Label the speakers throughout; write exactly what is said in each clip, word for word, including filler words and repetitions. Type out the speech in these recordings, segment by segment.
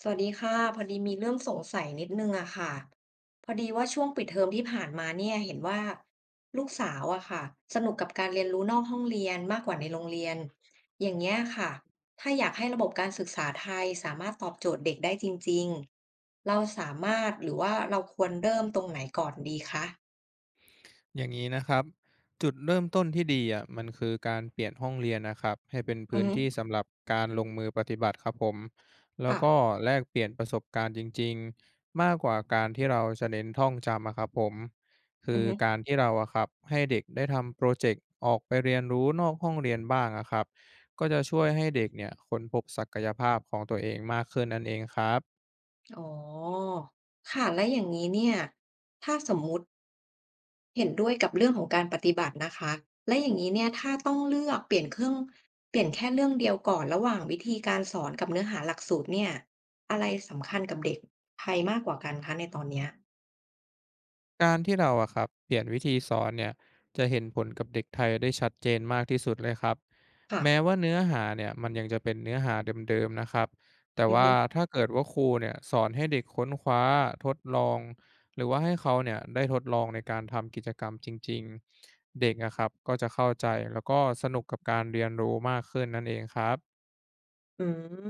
Speaker 1: สวัสดีค่ะพอดีมีเรื่องสงสัยนิดนึงอะค่ะพอดีว่าช่วงปิดเทอมที่ผ่านมาเนี่ยเห็นว่าลูกสาวอะค่ะสนุกกับการเรียนรู้นอกห้องเรียนมากกว่าในโรงเรียนอย่างเงี้ยค่ะถ้าอยากให้ระบบการศึกษาไทยสามารถตอบโจทย์เด็กได้จริงๆเราสามารถหรือว่าเราควรเริ่มตรงไหนก่อนดีคะ
Speaker 2: อย่างนี้นะครับจุดเริ่มต้นที่ดีอ่ะมันคือการเปลี่ยนห้องเรียนนะครับให้เป็น
Speaker 1: อือ
Speaker 2: พื้น
Speaker 1: ฮึ
Speaker 2: ที่สำหรับการลงมือปฏิบัติครับผมแล้วก็
Speaker 1: ค่ะ
Speaker 2: แลกเปลี่ยนประสบการณ์จริงๆมากกว่าการที่เราจะเน้นท่องจำอะครับผมคื
Speaker 1: อื
Speaker 2: อ
Speaker 1: อฮึ
Speaker 2: การที่เราอะครับให้เด็กได้ทำโปรเจกต์ออกไปเรียนรู้นอกห้องเรียนบ้างอะครับก็จะช่วยให้เด็กเนี่ยค้นพบศักยภาพของตัวเองมากขึ้นนั่นเองครับ
Speaker 1: อ๋อค่ะแล้วอย่างนี้เนี่ยถ้าสมมุติ เห็นด้วยกับเรื่องของการปฏิบัตินะคะและอย่างนี้เนี่ยถ้าต้องเลือกเปลี่ยนเครื่องเปลี่ยนแค่เรื่องเดียวก่อนระหว่างวิธีการสอนกับเนื้อหาหลักสูตรเนี่ยอะไรสำคัญกับเด็กไทยมากกว่ากันคะในตอนเนี้ย
Speaker 2: การที่เราอะครับเปลี่ยนวิธีสอนเนี่ยจะเห็นผลกับเด็กไทยได้ชัดเจนมากที่สุดเลยครับ
Speaker 1: ค่ะ
Speaker 2: แม้ว่าเนื้อหาเนี่ยมันยังจะเป็นเนื้อหาเดิมๆนะครับแต่
Speaker 1: อือ
Speaker 2: ว่า
Speaker 1: ฮึ
Speaker 2: ถ้าเกิดว่าครูเนี่ยสอนให้เด็กค้นคว้าทดลองหรือว่าให้เขาเนี่ยได้ทดลองในการทำกิจกรรมจริงๆเด็กนะครับก็จะเข้าใจแล้วก็สนุกกับการเรียนรู้มากขึ้นนั่นเองครับ
Speaker 1: อืม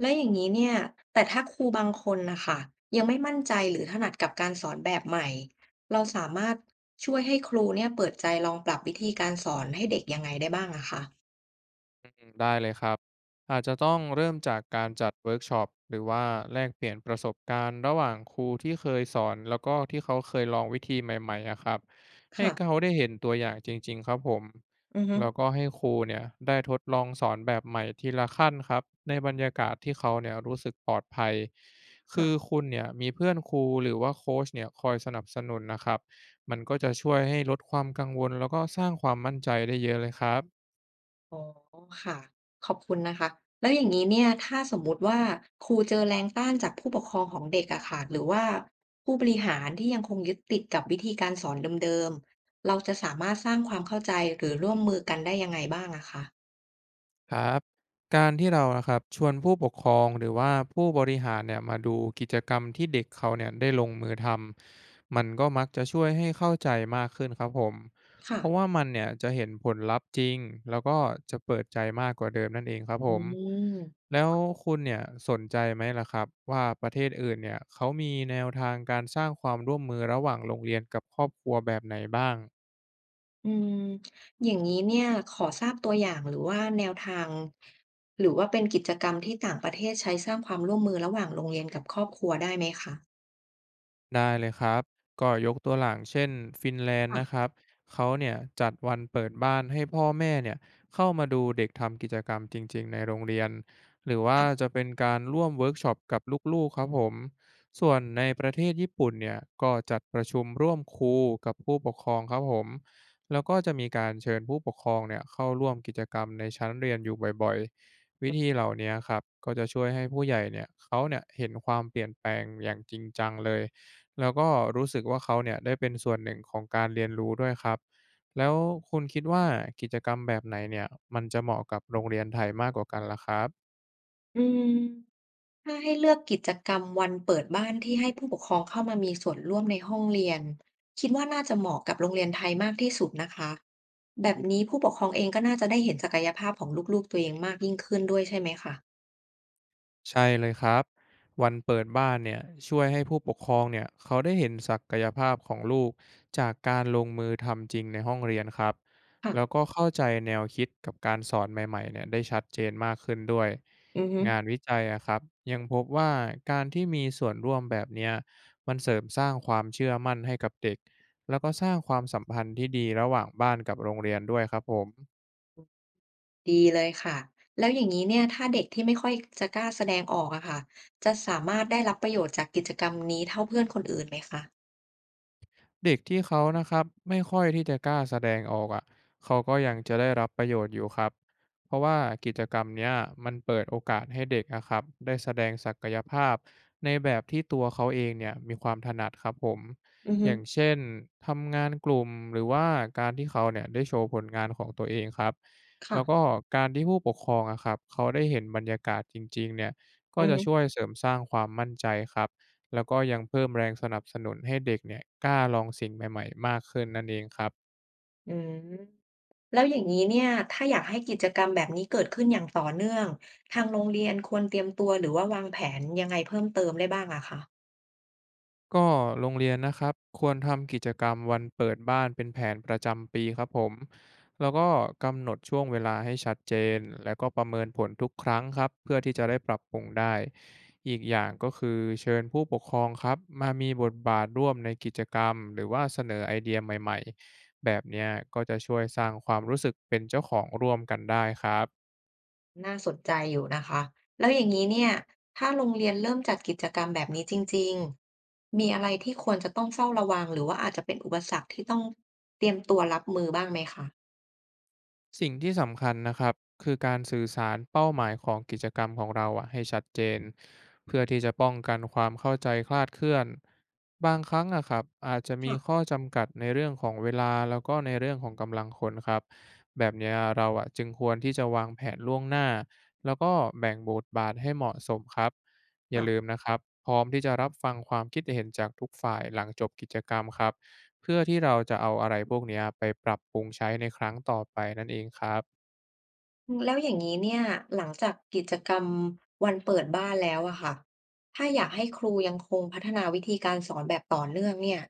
Speaker 1: แล้วอย่างนี้เนี่ยแต่ถ้าครูบางคนนะคะยังไม่มั่นใจหรือถนัดกับการสอนแบบใหม่เราสามารถช่วยให้ครูเนี่ยเปิดใจลองปรับวิธีการสอนให้เด็กยังไงได้บ้างอะคะ
Speaker 2: อืมได้เลยครับอาจจะต้องเริ่มจากการจัดเวิร์กช็อปหรือว่าแลกเปลี่ยนประสบการณ์ระหว่างครูที่เคยสอนแล้วก็ที่เขาเคยลองวิธีใหม่ๆอะครับให้
Speaker 1: ค่ะ
Speaker 2: เขาได้เห็นตัวอย่างจริงๆครับผม
Speaker 1: อือฮึ
Speaker 2: แล้วก็ให้ครูเนี่ยได้ทดลองสอนแบบใหม่ทีละขั้นครับในบรรยากาศที่เขาเนี่ยรู้สึกปลอดภัยคื
Speaker 1: ค่ะ
Speaker 2: อคุณเนี่ยมีเพื่อนครูหรือว่าโคชเนี่ยคอยสนับสนุนนะครับมันก็จะช่วยให้ลดความกังวลแล้วก็สร้างความมั่นใจได้เยอะเลยครับ
Speaker 1: อ๋อค่ะขอบคุณนะคะแล้วอย่างนี้เนี่ยถ้าสมมุติว่าครูเจอแรงต้านจากผู้ปกครองของเด็กอะค่ะหรือว่าผู้บริหารที่ยังคงยึดติดกับวิธีการสอนเดิมๆเราจะสามารถสร้างความเข้าใจหรือร่วมมือกันได้ยังไงบ้างอะคะ
Speaker 2: ครับการที่เรานะครับชวนผู้ปกครองหรือว่าผู้บริหารเนี่ยมาดูกิจกรรมที่เด็กเขาเนี่ยได้ลงมือทำมันก็มักจะช่วยให้เข้าใจมากขึ้นครับผม
Speaker 1: ค่ะ
Speaker 2: เพราะว่ามันเนี่ยจะเห็นผลลัพธ์จริงแล้วก็จะเปิดใจมากกว่าเดิมนั่นเองครับผ
Speaker 1: อื
Speaker 2: ม
Speaker 1: ม
Speaker 2: แล้วคุณเนี่ยสนใจไหมล่ะครับว่าประเทศอื่นเนี่ยเขามีแนวทางการสร้างความร่วมมือระหว่างโรงเรียนกับครอบครัวแบบไหนบ้าง
Speaker 1: อืมอย่างนี้เนี่ยขอทราบตัวอย่างหรือว่าแนวทางหรือว่าเป็นกิจกรรมที่ต่างประเทศใช้สร้างความร่วมมือระหว่างโรงเรียนกับครอบครัวได้ไหมคะ
Speaker 2: ได้เลยครับ ก็ยกตัวอย่างเช่นฟินแลนด์นะค
Speaker 1: ค่ะ
Speaker 2: รับ เขาเนี่ยจัดวันเปิดบ้านให้พ่อแม่เนี่ยเข้ามาดูเด็กทำกิจกรรมจริงๆในโรงเรียน หรือว่า
Speaker 1: ค่ะ
Speaker 2: จะเป็นการร่วมเวิร์กช็อปกับลูกๆครับผม ส่วนในประเทศญี่ปุ่นเนี่ยก็จัดประชุมร่วมครูกับผู้ปกครองครับผม แล้วก็จะมีการเชิญผู้ปกครองเนี่ยเข้าร่วมกิจกรรมในชั้นเรียนอยู่บ่อยๆวิธีเหล่านี้ครับก็จะช่วยให้ผู้ใหญ่เนี่ยเขาเนี่ยเห็นความเปลี่ยนแปลงอย่างจริงจังเลย แล้วก็รู้สึกว่าเขาเนี่ยได้เป็นส่วนหนึ่งของการเรียนรู้ด้วยครับ แล้วคุณคิดว่ากิจกรรมแบบไหนเนี่ยมันจะเหมาะกับโรงเรียนไทยมากกว่ากันล่ะครับ
Speaker 1: อืม ถ้าให้เลือกกิจกรรมวันเปิดบ้านที่ให้ผู้ปกครองเข้ามามีส่วนร่วมในห้องเรียนคิดว่าน่าจะเหมาะกับโรงเรียนไทยมากที่สุดนะคะแบบนี้ผู้ปกครองเองก็น่าจะได้เห็นศักยภาพของลูกๆตัวเองมากยิ่งขึ้นด้วยใช่ไหมคะ
Speaker 2: ใช่เลยครับวันเปิดบ้านเนี่ยช่วยให้ผู้ปกครองเนี่ยเขาได้เห็นศักยภาพของลูกจากการลงมือทำจริงในห้องเรียนครับแล้วก็
Speaker 1: ค่ะ
Speaker 2: เข้าใจแนวคิดกับการสอนใหม่ๆเนี่ยได้ชัดเจนมากขึ้นด้วย
Speaker 1: อือฮึ
Speaker 2: งานวิจัยอะครับยังพบว่าการที่มีส่วนร่วมแบบเนี้ยมันเสริมสร้างความเชื่อมั่นให้กับเด็กแล้วก็สร้างความสัมพันธ์ที่ดีระหว่างบ้านกับโรงเรียนด้วยครับผม
Speaker 1: ดีเลยค่ะแล้วอย่างนี้เนี่ยถ้าเด็กที่ไม่ค่อยจะกล้าแสดงออกอะค่ะจะสามารถได้รับประโยชน์จากกิจกรรมนี้เท่าเพื่อนคนอื่นไหมคะ
Speaker 2: เด็กที่เขานะครับไม่ค่อยที่จะกล้าแสดงออกอ่ะเขาก็ยังจะได้รับประโยชน์อยู่ครับเพราะว่ากิจกรรมเนี้ยมันเปิดโอกาสให้เด็กนะครับได้แสดงศักยภาพในแบบที่ตัวเขาเองเนี่ยมีความถนัดครับผม
Speaker 1: อือ
Speaker 2: อ
Speaker 1: ฮึ
Speaker 2: ย่างเช่นทำงานกลุ่มหรือว่าการที่เขาเนี่ยได้โชว์ผลงานของตัวเองครับแล้วก็
Speaker 1: ค่ะ
Speaker 2: การที่ผู้ปกครองอะครับเขาได้เห็นบรรยากาศจริงๆเนี่ยก็
Speaker 1: อือ
Speaker 2: จะ
Speaker 1: ฮึ
Speaker 2: ช่วยเสริมสร้างความมั่นใจครับ แล้วก็ยังเพิ่มแรงสนับสนุนให้เด็กเนี่ยกล้าลองสิ่งใหม่ๆมากขึ้นนั่นเองครับ
Speaker 1: อืม แล้วอย่างนี้เนี่ยถ้าอยากให้กิจกรรมแบบนี้เกิดขึ้นอย่างต่อเนื่องทางโรงเรียนควรเตรียมตัวหรือว่าวางแผนยังไงเพิ่มเติมได้บ้างอะคะ
Speaker 2: ก็โรงเรียนนะครับควรทำกิจกรรมวันเปิดบ้านเป็นแผนประจำปีครับผมแล้วก็กำหนดช่วงเวลาให้ชัดเจนแล้วก็ประเมินผลทุกครั้งครับเพื่อที่จะได้ปรับปรุงได้อีกอย่างก็คือเชิญผู้ปกครองครับมามีบทบาทร่วมในกิจกรรมหรือว่าเสนอไอเดียใหม่ๆแบบเนี้ยก็จะช่วยสร้างความรู้สึกเป็นเจ้าของร่วมกันได้ครับ
Speaker 1: น่าสนใจอยู่นะคะแล้วอย่างนี้เนี่ยถ้าโรงเรียนเริ่มจัดกิจกรรมแบบนี้จริงๆมีอะไรที่ควรจะต้องเฝ้าระวังหรือว่าอาจจะเป็นอุปสรรคที่ต้องเตรียมตัวรับมือบ้างไหมคะ
Speaker 2: สิ่งที่สำคัญนะครับคือการสื่อสารเป้าหมายของกิจกรรมของเราอะให้ชัดเจนเพื่อที่จะป้องกันความเข้าใจคลาดเคลื่อนบางครั้งอะครับอาจจะมี
Speaker 1: ค่ะ
Speaker 2: ข้อจำกัดในเรื่องของเวลาแล้วก็ในเรื่องของกำลังคนครับแบบเนี้ยเราอะจึงควรที่จะวางแผนล่วงหน้าแล้วก็แบ่งบทบาทให้เหมาะสมครับอย่า
Speaker 1: ค่ะ
Speaker 2: ลืมนะครับพร้อมที่จะรับฟังความคิดเห็นจากทุกฝ่ายหลังจบกิจกรรมครับ เพื่อที่เราจะเอาอะไรพวกเนี้ยไปปรับปรุงใช้ในครั้งต่อไปนั่นเองครับ
Speaker 1: อืมแล้วอย่างนี้เนี่ยหลังจากกิจกรรมวันเปิดบ้านแล้วอะค่ะถ้าอยากให้ครูยังคงพัฒนาวิธีการสอนแบบต่อเนื่องเนี่ย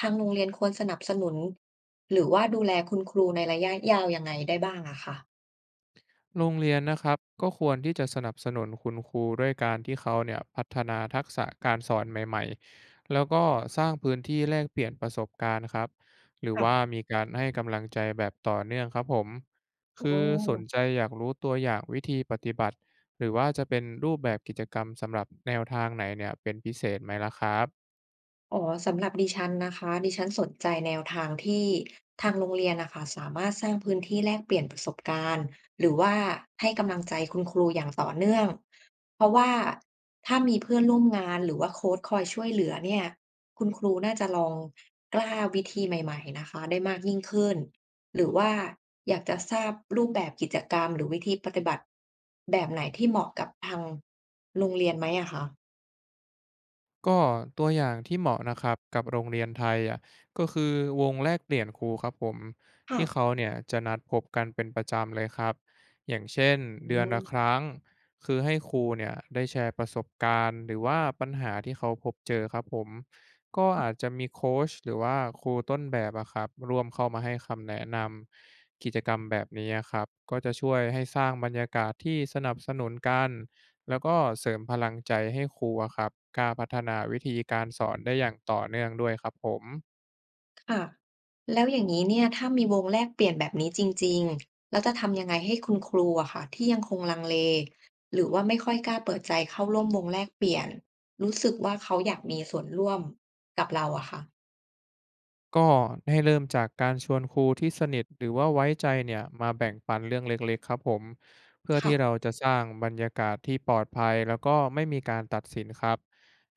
Speaker 1: ทางโรงเรียนควรสนับสนุนหรือว่าดูแลคุณครูในระยะยาวยังไงได้บ้างอะคะ
Speaker 2: โรงเรียนนะครับก็ควรที่จะสนับสนุนคุณครูด้วยการที่เขาเนี่ยพัฒนาทักษะการสอนใหม่ๆแล้วก็สร้างพื้นที่แลกเปลี่ยนประสบการณ์ครับหรือว่า
Speaker 1: ค่ะ
Speaker 2: มีการให้กำลังใจแบบต่อเนื่องครับผม
Speaker 1: อื
Speaker 2: คือสนใจ
Speaker 1: ม
Speaker 2: อยากรู้ตัวอย่างวิธีปฏิบัติหรือว่าจะเป็นรูปแบบกิจกรรมสำหรับแนวทางไหนเนี่ยเป็นพิเศษไหมล่ะครับ
Speaker 1: อ๋อสำหรับดิฉันนะคะดิฉันสนใจแนวทางที่ทางโรงเรียนนะคะสามารถสร้างพื้นที่แลกเปลี่ยนประสบการณ์หรือว่าให้กำลังใจคุณครูอย่างต่อเนื่องเพราะว่าถ้ามีเพื่อนร่วมงานหรือว่าโค้ชคอยช่วยเหลือเนี่ยคุณครูน่าจะลองกล้าวิธีใหม่ๆนะคะได้มากยิ่งขึ้นหรือว่าอยากจะทราบรูปแบบกิจกรรมหรือวิธีปฏิบัติแบบไหนที่เหมาะกับทางโรงเรียนไหมอะคะ
Speaker 2: ก็ตัวอย่างที่เหมาะนะครับกับโรงเรียนไทยอ่ะก็คือวงแลกเปลี่ยนครูครับผม
Speaker 1: ค่ะ
Speaker 2: ที่เขาเนี่ยจะนัดพบกันเป็นประจำเลยครับอย่างเช่น
Speaker 1: อื
Speaker 2: เดือนละค
Speaker 1: ม
Speaker 2: รั้งคือให้ครูเนี่ยได้แชร์ประสบการณ์หรือว่าปัญหาที่เขาพบเจอครับผมก็อาจจะมีโค้ชหรือว่าครูต้นแบบอะครับร่วมเข้ามาให้คำแนะนำกิจกรรมแบบนี้อะครับก็จะช่วยให้สร้างบรรยากาศที่สนับสนุนกัน แล้วก็เสริมพลังใจให้ครูอะครับกล้าพัฒนาวิธีการสอนได้อย่างต่อเนื่องด้วยครับผม
Speaker 1: ค่ะแล้วอย่างนี้เนี่ยถ้ามีวงแลกเปลี่ยนแบบนี้จริงๆแล้วจะทำยังไงให้คุณครูอะค่ะที่ยังคงลังเลหรือว่าไม่ค่อยกล้าเปิดใจเข้าร่วมวงแลกเปลี่ยนรู้สึกว่าเขาอยากมีส่วนร่วมกับเราอะค่ะ
Speaker 2: ก็ให้เริ่มจากการชวนครูที่สนิทหรือว่าไว้ใจเนี่ยมาแบ่งปันเรื่องเล็กๆครับผมเพื่อ
Speaker 1: ค่ะ
Speaker 2: ที่เราจะสร้างบรรยากาศที่ปลอดภัยแล้วก็ไม่มีการตัดสินครับ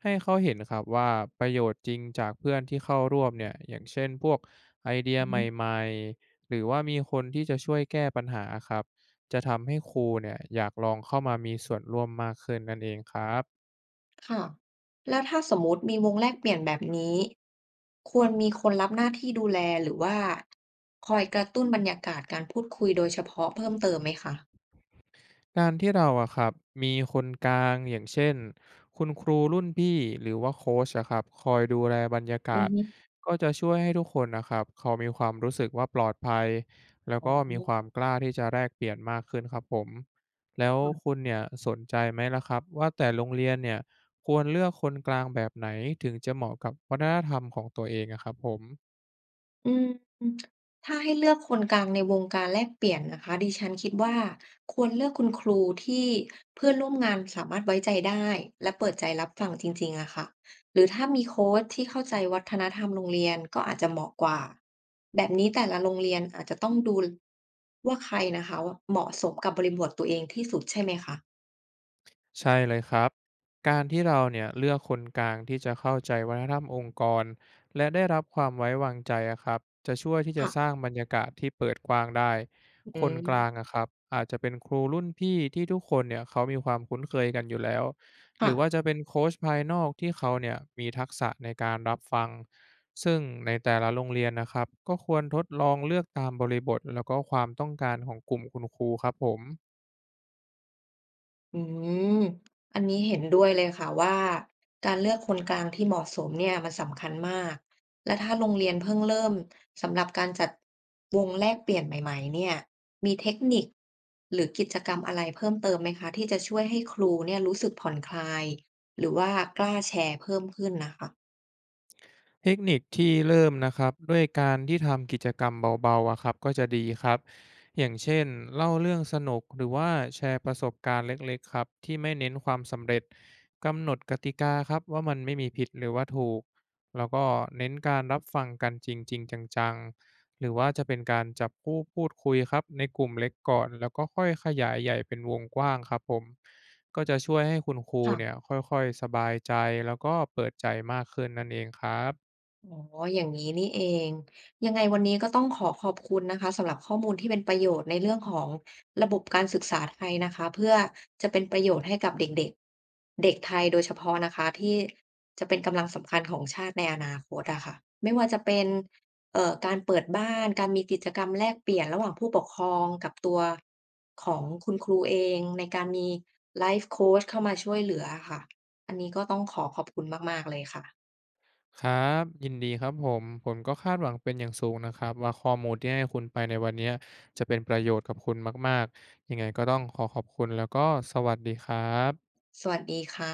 Speaker 2: ให้เขาเห็นครับว่าประโยชน์จริงจากเพื่อนที่เข้าร่วมเนี่ยอย่างเช่นพวกไอเดีย
Speaker 1: อื
Speaker 2: ให
Speaker 1: ม
Speaker 2: ม่ๆหรือว่ามีคนที่จะช่วยแก้ปัญหาครับจะทำให้ครูเนี่ยอยากลองเข้ามามีส่วนร่วมมากขึ้นนั่นเองครับ
Speaker 1: ค่ะแล้วถ้าสมมติมีวงแลกเปลี่ยนแบบนี้ควรมีคนรับหน้าที่ดูแลหรือว่าคอยกระตุ้นบรรยากาศการพูดคุยโดยเฉพาะเพิ่มเติมไหมคะ
Speaker 2: การที่เราอะครับมีคนกลางอย่างเช่นคุณครูรุ่นพี่หรือว่าโค้ชอะครับคอยดูแลบรรยา
Speaker 1: อื
Speaker 2: กา
Speaker 1: อ
Speaker 2: ศ
Speaker 1: ฮึ
Speaker 2: ก็จะช่วยให้ทุกคนนะครับเขามีความรู้สึกว่าปลอดภัยแล้ว
Speaker 1: อ๋อ
Speaker 2: ก็มีความกล้าที่จะแลกเปลี่ยนมากขึ้นครับผมแล้วคุณเนี่ยสนใจไหมล่ะครับว่าแต่โรงเรียนเนี่ยควรเลือกคนกลางแบบไหนถึงจะเหมาะกับวัฒนธรรมของตัวเองอะครับผม
Speaker 1: อืมถ้าให้เลือกคนกลางในวงการแลกเปลี่ยนนะคะดิฉันคิดว่าควรเลือกคุณครูที่เพื่อนร่วมงานสามารถไว้ใจได้และเปิดใจรับฟังจริงๆอะค่ะหรือถ้ามีโค้ชที่เข้าใจวัฒนธรรมโรงเรียนก็อาจจะเหมาะกว่าแบบนี้แต่ละโรงเรียนอาจจะต้องดูว่าใครนะคะว่าเหมาะสมกับบริบทตัวเองที่สุดใช่ไหมคะ
Speaker 2: ใช่เลยครับการที่เราเนี่ยเลือกคนกลางที่จะเข้าใจวัฒนธรรมองค์กรและได้รับความไว้วางใจอะครับจะช่วยที่จะสร้าง
Speaker 1: ค่ะ
Speaker 2: บรรยากาศที่เปิดกว้างได้
Speaker 1: อื
Speaker 2: คนกลาง
Speaker 1: ม
Speaker 2: อะครับอาจจะเป็นครูรุ่นพี่ที่ทุกคนเนี่ยเขามีความคุ้นเคยกันอยู่แล้วหรื
Speaker 1: ค่ะ
Speaker 2: อว่าจะเป็นโค้ชภายนอกที่เขาเนี่ยมีทักษะในการรับฟังซึ่งในแต่ละโรงเรียนนะครับก็ควรทดลองเลือกตามบริบทแล้วก็ความต้องการของกลุ่มคุณครูครับผม
Speaker 1: อืมอันนี้เห็นด้วยเลยค่ะว่าการเลือกคนกลางที่เหมาะสมเนี่ยมันสำคัญมากและถ้าโรงเรียนเพิ่งเริ่มสำหรับการจัดวงแลกเปลี่ยนใหม่ๆเนี่ยมีเทคนิคหรือกิจกรรมอะไรเพิ่มเติมไหมคะที่จะช่วยให้ครูเนี่ยรู้สึกผ่อนคลายหรือว่ากล้าแชร์เพิ่มขึ้นนะคะ
Speaker 2: เทคนิคที่เริ่มนะครับด้วยการที่ทำกิจกรรมเบาๆอะครับก็จะดีครับอย่างเช่นเล่าเรื่องสนุกหรือว่าแชร์ประสบการณ์เล็กๆครับที่ไม่เน้นความสำเร็จกำหนดกติกาครับว่ามันไม่มีผิดหรือว่าถูกแล้วก็เน้นการรับฟังกันจริงๆจังๆหรือว่าจะเป็นการจับคู่พูดคุยครับในกลุ่มเล็กก่อนแล้วก็ค่อยขยายใหญ่เป็นวงกว้างครับผมก็จะช่วยให้คุณครูเนี่ย
Speaker 1: ค่ะ
Speaker 2: ค่อยๆสบายใจแล้วก็เปิดใจมากขึ้นนั่นเองครับ
Speaker 1: อ๋ออย่างนี้นี่เอง ยังไงวันนี้ก็ต้องขอขอบคุณนะคะสำหรับข้อมูลที่เป็นประโยชน์ในเรื่องของระบบการศึกษาไทยนะคะเพื่อจะเป็นประโยชน์ให้กับเด็กๆเด็กไทยโดยเฉพาะนะคะที่จะเป็นกำลังสำคัญของชาติในอนาคตอะค่ะไม่ว่าจะเป็นเอ่อการเปิดบ้านการมีกิจกรรมแลกเปลี่ยนระหว่างผู้ปกครองกับตัวของคุณครูเองในการมีไลฟ์โคชเข้ามาช่วยเหลืออะค่ะอันนี้ก็ต้องขอขอบคุณมากๆเลยค่ะ
Speaker 2: ครับยินดีครับผมผมก็คาดหวังเป็นอย่างสูงนะครับว่าข้อมูลที่ให้คุณไปในวันเนี้ยจะเป็นประโยชน์กับคุณมากๆยังไงก็ต้องขอขอบคุณแล้วก็สวัสดีครับ
Speaker 1: สวัสดีค่ะ